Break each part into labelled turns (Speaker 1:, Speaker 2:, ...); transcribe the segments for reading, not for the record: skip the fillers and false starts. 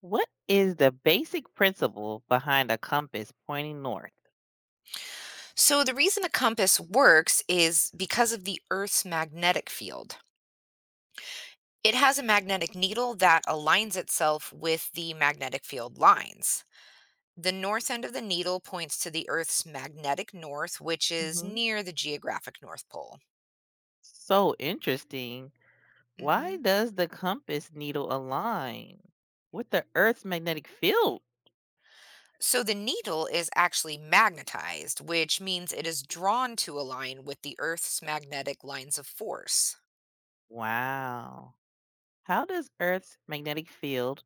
Speaker 1: What is the basic principle behind a compass pointing north?
Speaker 2: So, the reason a compass works is because of the Earth's magnetic field. It has a magnetic needle that aligns itself with the magnetic field lines. The north end of the needle points to the Earth's magnetic north, which is
Speaker 1: Hmm.
Speaker 2: near the geographic North Pole.
Speaker 1: So interesting. Why
Speaker 2: Mhm.
Speaker 1: does the compass needle align with the Earth's magnetic field?
Speaker 2: So, the needle is actually magnetized, which means it is drawn to align with the Earth's magnetic lines of force.
Speaker 1: Wow. How does Earth's magnetic field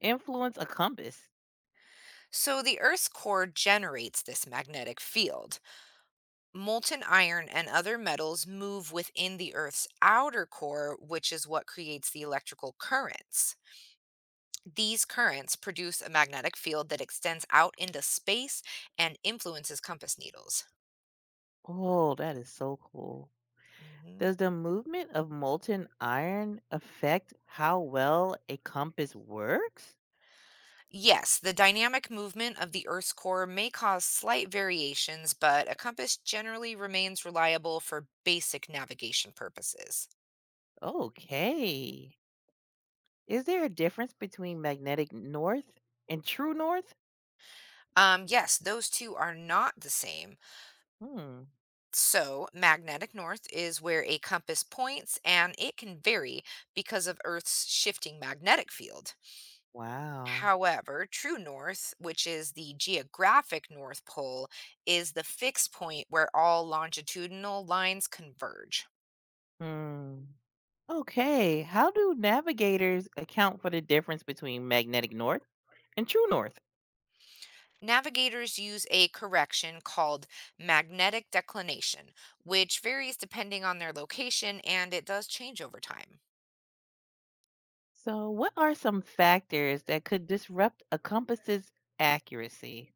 Speaker 1: influence a compass?
Speaker 2: So, the Earth's core generates this magnetic field. Molten iron and other metals move within the Earth's outer core, which is what creates the electrical currents. These currents produce a magnetic field that extends out into space and influences compass needles.
Speaker 1: Oh, that is so cool.
Speaker 2: Mhm.
Speaker 1: Does the movement of molten iron affect how well a compass works?
Speaker 2: Yes, the dynamic movement of the Earth's core may cause slight variations, but a compass generally remains reliable for basic navigation purposes.
Speaker 1: Okay. Is there a difference between magnetic north and true north?
Speaker 2: Yes, those two are not the same.
Speaker 1: Hmm.
Speaker 2: So, magnetic north is where a compass points, and it can vary because of Earth's shifting magnetic field.
Speaker 1: Wow.
Speaker 2: However, true north, which is the geographic North Pole, is the fixed point where all longitudinal lines converge.
Speaker 1: Hmm. Okay. How do navigators account for the difference between magnetic north and true north?
Speaker 2: Navigators use a correction called magnetic declination, which varies depending on their location and it does change over time.
Speaker 1: So, what are some factors that could disrupt a compass's accuracy?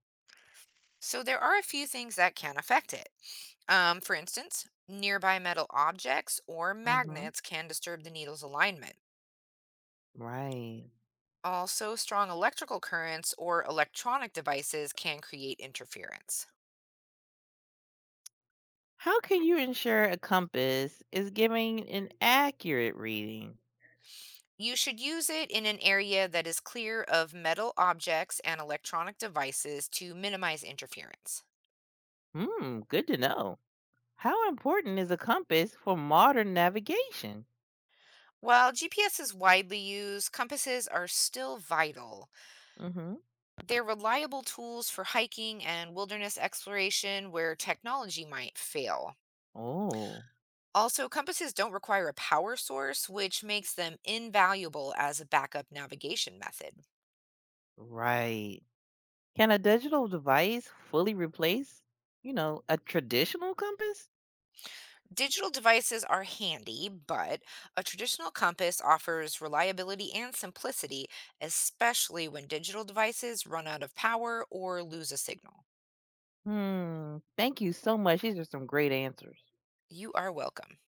Speaker 2: So there are a few things that can affect it. For instance, nearby metal objects or
Speaker 1: Hmm.
Speaker 2: magnets can disturb the needle's alignment.
Speaker 1: Right.
Speaker 2: Also, strong electrical currents or electronic devices can create interference.
Speaker 1: How can you ensure a compass is giving an accurate reading?
Speaker 2: You should use it in an area that is clear of metal objects and electronic devices to minimize interference.
Speaker 1: Hmm, good to know. How important is a compass for modern navigation?
Speaker 2: While GPS is widely used, compasses are still vital.
Speaker 1: Hmm.
Speaker 2: They're reliable tools for hiking and wilderness exploration where technology might fail.
Speaker 1: Oh,
Speaker 2: Also, compasses don't require a power source, which makes them invaluable as a backup navigation method.
Speaker 1: right. Can a digital device fully replace, a traditional compass?
Speaker 2: Digital devices are handy, but a traditional compass offers reliability and simplicity, especially when digital devices run out of power or lose a signal.
Speaker 1: Hmm, thank you so much. These are some great answers.
Speaker 2: You are welcome.